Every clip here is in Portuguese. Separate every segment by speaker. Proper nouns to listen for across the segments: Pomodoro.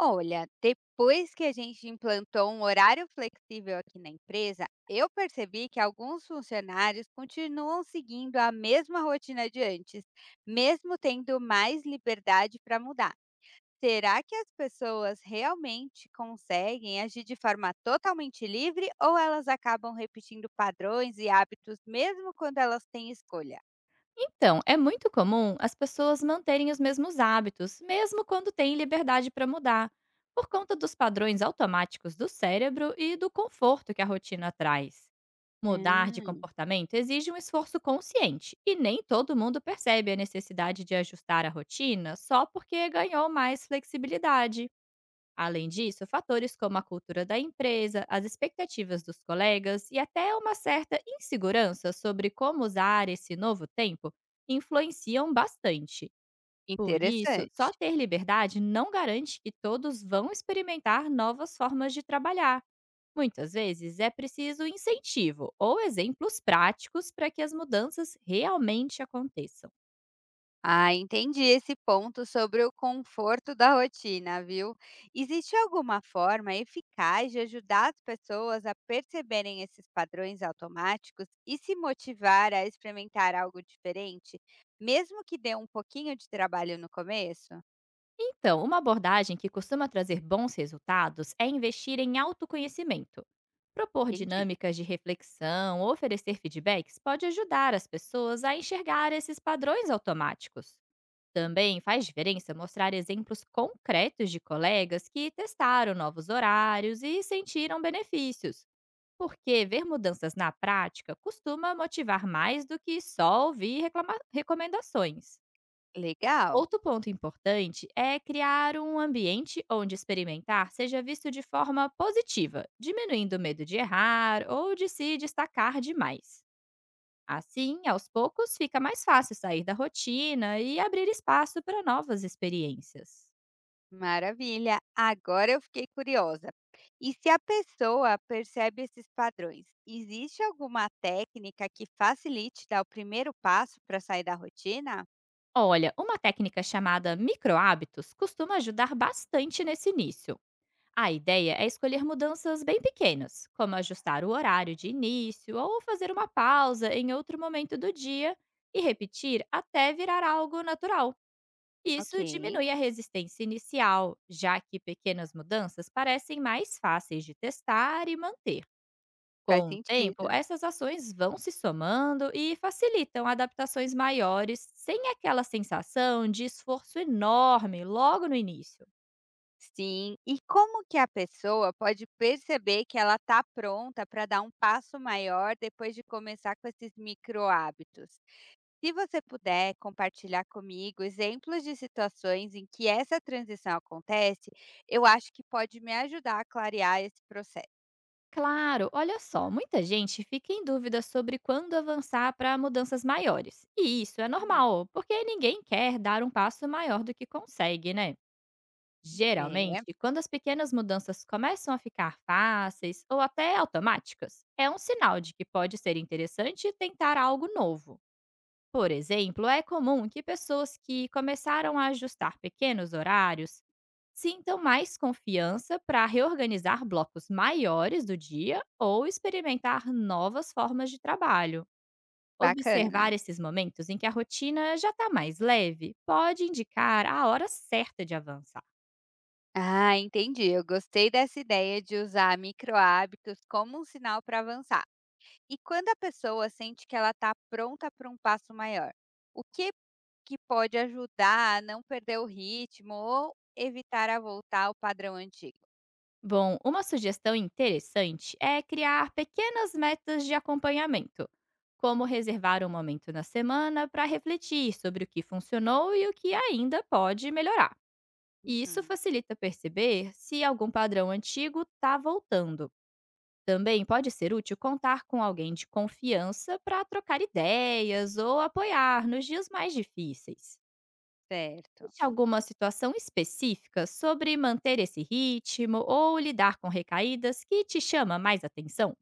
Speaker 1: Olha, depois que a gente implantou um horário flexível aqui na empresa, eu percebi que alguns funcionários continuam seguindo a mesma rotina de antes, mesmo tendo mais liberdade para mudar. Será que as pessoas realmente conseguem agir de forma totalmente livre ou elas acabam repetindo padrões e hábitos mesmo quando elas têm escolha?
Speaker 2: Então, é muito comum as pessoas manterem os mesmos hábitos, mesmo quando têm liberdade para mudar, por conta dos padrões automáticos do cérebro e do conforto que a rotina traz. Mudar de
Speaker 1: Hum,
Speaker 2: comportamento exige um esforço consciente, e nem todo mundo percebe a necessidade de ajustar a rotina só porque ganhou mais flexibilidade. Além disso, fatores como a cultura da empresa, as expectativas dos colegas e até uma certa insegurança sobre como usar esse novo tempo influenciam bastante. Por isso,
Speaker 1: interessante.
Speaker 2: só ter liberdade não garante que todos vão experimentar novas formas de trabalhar. Muitas vezes é preciso incentivo ou exemplos práticos para que as mudanças realmente aconteçam.
Speaker 1: Ah, entendi esse ponto sobre o conforto da rotina, viu? Existe alguma forma eficaz de ajudar as pessoas a perceberem esses padrões automáticos e se motivar a experimentar algo diferente, mesmo que dê um pouquinho de trabalho no começo?
Speaker 2: Então, uma abordagem que costuma trazer bons resultados é investir em autoconhecimento. Propor
Speaker 1: Entendi.
Speaker 2: dinâmicas de reflexão ou oferecer feedbacks pode ajudar as pessoas a enxergar esses padrões automáticos. Também faz diferença mostrar exemplos concretos de colegas que testaram novos horários e sentiram benefícios, porque ver mudanças na prática costuma motivar mais do que só ouvir recomendações.
Speaker 1: Legal,
Speaker 2: Outro ponto importante é criar um ambiente onde experimentar seja visto de forma positiva, diminuindo o medo de errar ou de se destacar demais. Assim, aos poucos, fica mais fácil sair da rotina e abrir espaço para novas experiências.
Speaker 1: maravilha. Agora eu fiquei curiosa. E se a pessoa percebe esses padrões, existe alguma técnica que facilite dar o primeiro passo para sair da rotina?
Speaker 2: Olha, uma técnica chamada microhábitos costuma ajudar bastante nesse início. A ideia é escolher mudanças bem pequenas, como ajustar o horário de início ou fazer uma pausa em outro momento do dia e repetir até virar algo natural.
Speaker 1: Ok,
Speaker 2: Isso diminui a resistência inicial, já que pequenas mudanças parecem mais fáceis de testar e manter.
Speaker 1: faz
Speaker 2: Com o tempo,
Speaker 1: sentido.
Speaker 2: essas ações vão se somando e facilitam adaptações maiores, sem aquela sensação de esforço enorme logo no início.
Speaker 1: Sim, e como que a pessoa pode perceber que ela está pronta para dar um passo maior depois de começar com esses micro-hábitos? Se você puder compartilhar comigo exemplos de situações em que essa transição acontece, eu acho que pode me ajudar a clarear esse processo.
Speaker 2: Claro, olha só, muita gente fica em dúvida sobre quando avançar para mudanças maiores. E isso é
Speaker 1: Uhum.
Speaker 2: normal, porque ninguém quer dar um passo maior do que consegue, né?
Speaker 1: É,
Speaker 2: Geralmente, quando as pequenas mudanças começam a ficar fáceis ou até automáticas, é um sinal de que pode ser interessante tentar algo novo. Por exemplo, é comum que pessoas que começaram a ajustar pequenos horários sintam mais confiança para reorganizar blocos maiores do dia ou experimentar novas formas de trabalho.
Speaker 1: bacana.
Speaker 2: Observar esses momentos em que a rotina já está mais leve pode indicar a hora certa de avançar.
Speaker 1: Ah, entendi. Eu gostei dessa ideia de usar micro-hábitos como um sinal para avançar. E quando a pessoa sente que ela está pronta para um passo maior, o que pode ajudar a não perder o ritmo ou evitar a voltar ao padrão antigo?
Speaker 2: Bom, uma sugestão interessante é criar pequenas metas de acompanhamento, como reservar um momento na semana para refletir sobre o que funcionou e o que ainda pode melhorar. E isso
Speaker 1: Uhum.
Speaker 2: facilita perceber se algum padrão antigo está voltando. Também pode ser útil contar com alguém de confiança para trocar ideias ou apoiar nos dias mais difíceis.
Speaker 1: Certo.
Speaker 2: Existe alguma situação específica sobre manter esse ritmo ou lidar com recaídas que te chama mais atenção?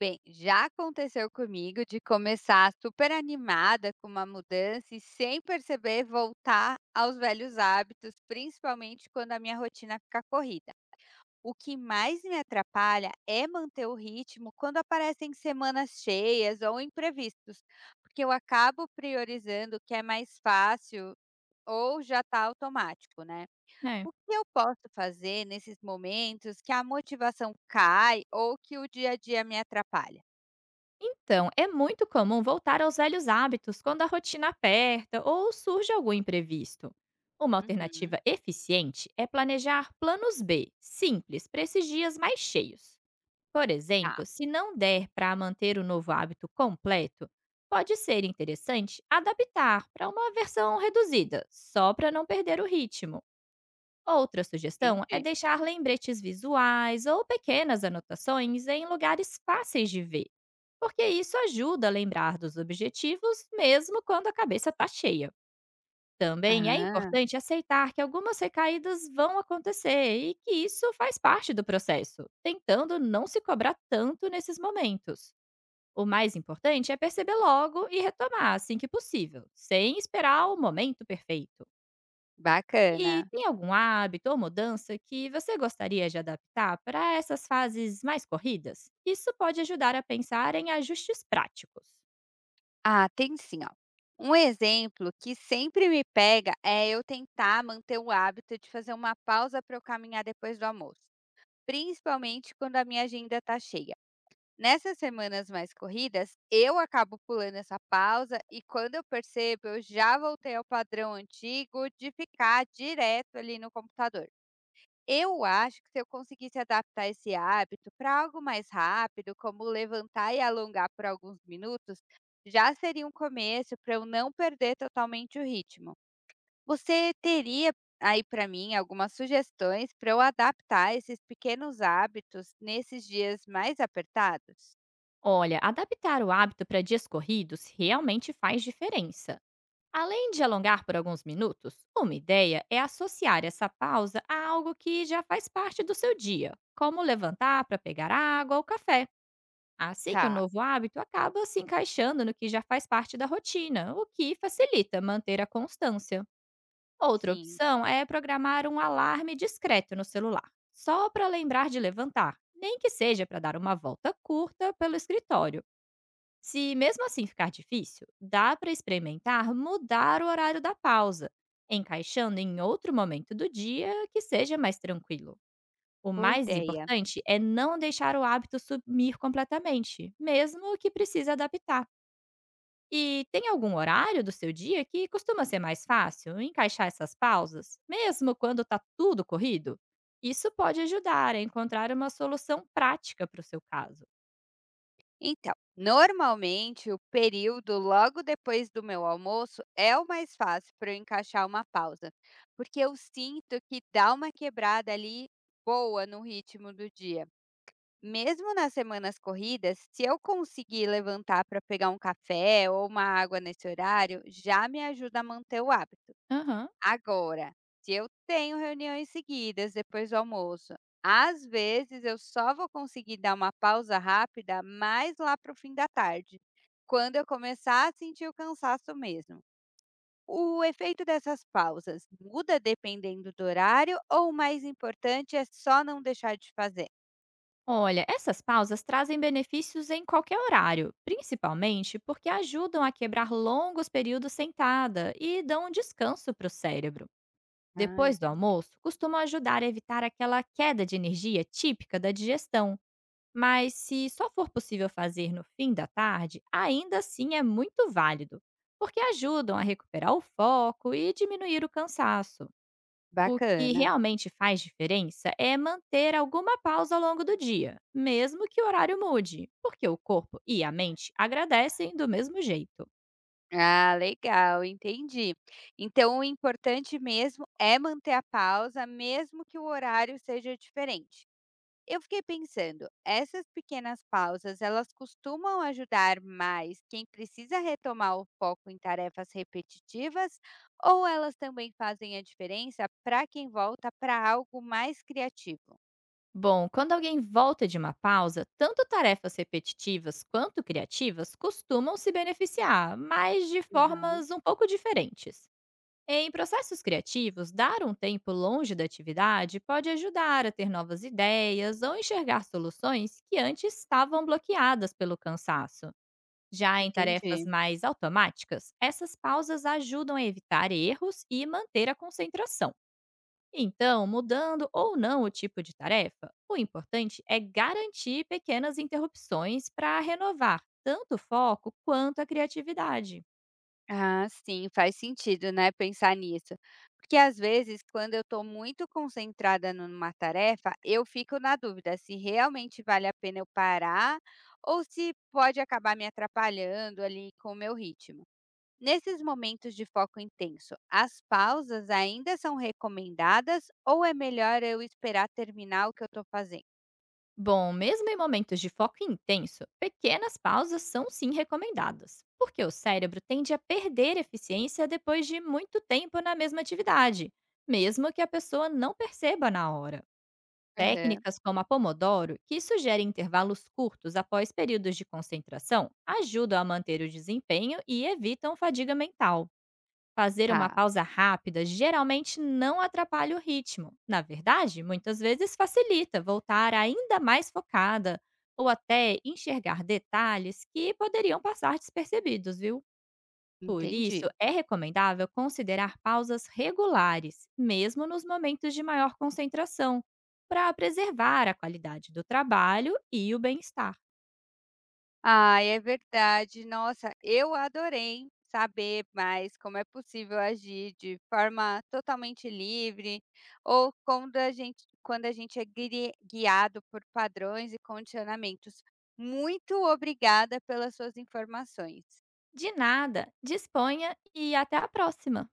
Speaker 1: Bem, já aconteceu comigo de começar super animada com uma mudança e sem perceber voltar aos velhos hábitos, principalmente quando a minha rotina fica corrida. O que mais me atrapalha é manter o ritmo quando aparecem semanas cheias ou imprevistos, porque eu acabo priorizando o que é mais fácil ou já está automático, né? O que eu posso fazer nesses momentos que a motivação cai ou que o dia a dia me atrapalha?
Speaker 2: Então, é muito comum voltar aos velhos hábitos quando a rotina aperta ou surge algum imprevisto. Uma
Speaker 1: Uhum.
Speaker 2: alternativa eficiente é planejar planos B, simples, para esses dias mais cheios. Por
Speaker 1: Ah,
Speaker 2: exemplo, se não der para manter o novo hábito completo, pode ser interessante adaptar para uma versão reduzida, só para não perder o ritmo. Outra sugestão é
Speaker 1: entendi.
Speaker 2: deixar lembretes visuais ou pequenas anotações em lugares fáceis de ver porque isso ajuda a lembrar dos objetivos mesmo quando a cabeça está cheia. Também é
Speaker 1: Ah,
Speaker 2: importante aceitar que algumas recaídas vão acontecer e que isso faz parte do processo, tentando não se cobrar tanto nesses momentos. O mais importante é perceber logo e retomar assim que possível, sem esperar o momento perfeito. E
Speaker 1: bacana.
Speaker 2: tem algum hábito ou mudança que você gostaria de adaptar para essas fases mais corridas? Isso pode ajudar a pensar em ajustes práticos.
Speaker 1: Ah, tem sim, ó. Um exemplo que sempre me pega é eu tentar manter o hábito de fazer uma pausa para eu caminhar depois do almoço, principalmente quando a minha agenda está cheia. Nessas semanas mais corridas, eu acabo pulando essa pausa e quando eu percebo, eu já voltei ao padrão antigo de ficar direto ali no computador. Eu acho que se eu conseguisse adaptar esse hábito para algo mais rápido, como levantar e alongar por alguns minutos, já seria um começo para eu não perder totalmente o ritmo. Você teria aí para mim algumas sugestões para eu adaptar esses pequenos hábitos nesses dias mais apertados?
Speaker 2: Olha, adaptar o hábito para dias corridos realmente faz diferença. Além de alongar por alguns minutos, uma ideia é associar essa pausa a algo que já faz parte do seu dia, como levantar para pegar água ou café. Assim, o
Speaker 1: Tá.
Speaker 2: novo hábito acaba se encaixando no que já faz parte da rotina, o que facilita manter a constância. Outra
Speaker 1: Sim,
Speaker 2: opção é programar um alarme discreto no celular, só para lembrar de levantar, nem que seja para dar uma volta curta pelo escritório. Se mesmo assim ficar difícil, dá para experimentar mudar o horário da pausa, encaixando em outro momento do dia que seja mais tranquilo. O
Speaker 1: boa
Speaker 2: mais
Speaker 1: ideia.
Speaker 2: importante é não deixar o hábito sumir completamente, mesmo que precise adaptar. E tem algum horário do seu dia que costuma ser mais fácil encaixar essas pausas, mesmo quando está tudo corrido? Isso pode ajudar a encontrar uma solução prática para o seu caso.
Speaker 1: Então, normalmente o período logo depois do meu almoço é o mais fácil para eu encaixar uma pausa, porque eu sinto que dá uma quebrada ali boa no ritmo do dia. Mesmo nas semanas corridas, se eu conseguir levantar para pegar um café ou uma água nesse horário, já me ajuda a manter o hábito.
Speaker 2: Aham.
Speaker 1: Agora, se eu tenho reuniões seguidas depois do almoço, às vezes eu só vou conseguir dar uma pausa rápida mais lá para o fim da tarde, quando eu começar a sentir o cansaço mesmo. O efeito dessas pausas muda dependendo do horário ou o mais importante é só não deixar de fazer?
Speaker 2: Olha, essas pausas trazem benefícios em qualquer horário, principalmente porque ajudam a quebrar longos períodos sentada e dão um descanso para o cérebro.
Speaker 1: Ah,
Speaker 2: Depois do
Speaker 1: entendi.
Speaker 2: almoço, costumam ajudar a evitar aquela queda de energia típica da digestão. Mas se só for possível fazer no fim da tarde, ainda assim é muito válido, porque ajudam a recuperar o foco e diminuir o cansaço. O que
Speaker 1: Bacana.
Speaker 2: realmente faz diferença é manter alguma pausa ao longo do dia, mesmo que o horário mude, porque o corpo e a mente agradecem do mesmo jeito.
Speaker 1: Ah, legal, entendi. Então, o importante mesmo é manter a pausa, mesmo que o horário seja diferente. Eu fiquei pensando, essas pequenas pausas, elas costumam ajudar mais quem precisa retomar o foco em tarefas repetitivas ou elas também fazem a diferença para quem volta para algo mais criativo?
Speaker 2: Bom, quando alguém volta de uma pausa, tanto tarefas repetitivas quanto criativas costumam se beneficiar, mas de
Speaker 1: Aham,
Speaker 2: formas um pouco diferentes. Em processos criativos, dar um tempo longe da atividade pode ajudar a ter novas ideias ou enxergar soluções que antes estavam bloqueadas pelo cansaço. Já em tarefas
Speaker 1: entendi.
Speaker 2: mais automáticas, essas pausas ajudam a evitar erros e manter a concentração. Então, mudando ou não o tipo de tarefa, o importante é garantir pequenas interrupções para renovar tanto o foco quanto a criatividade.
Speaker 1: Ah, sim, faz sentido, né, pensar nisso. Porque às vezes, quando eu estou muito concentrada numa tarefa, eu fico na dúvida se realmente vale a pena eu parar ou se pode acabar me atrapalhando ali com o meu ritmo. Nesses momentos de foco intenso, as pausas ainda são recomendadas ou é melhor eu esperar terminar o que eu estou fazendo?
Speaker 2: Bom, mesmo em momentos de foco intenso, pequenas pausas são sim recomendadas, porque o cérebro tende a perder eficiência depois de muito tempo na mesma atividade, mesmo que a pessoa não perceba na hora.
Speaker 1: Aham,
Speaker 2: Técnicas como a Pomodoro, que sugere intervalos curtos após períodos de concentração, ajudam a manter o desempenho e evitam fadiga mental. Fazer uma
Speaker 1: tá,
Speaker 2: pausa rápida geralmente não atrapalha o ritmo. Na verdade, muitas vezes facilita voltar ainda mais focada ou até enxergar detalhes que poderiam passar despercebidos, viu? Por isso,
Speaker 1: entendi.
Speaker 2: é recomendável considerar pausas regulares, mesmo nos momentos de maior concentração, para preservar a qualidade do trabalho e o bem-estar.
Speaker 1: Ah, é verdade. Nossa, eu adorei saber mais como é possível agir de forma totalmente livre ou quando a gente é guiado por padrões e condicionamentos. Muito obrigada pelas suas informações.
Speaker 2: De nada, disponha e até a próxima!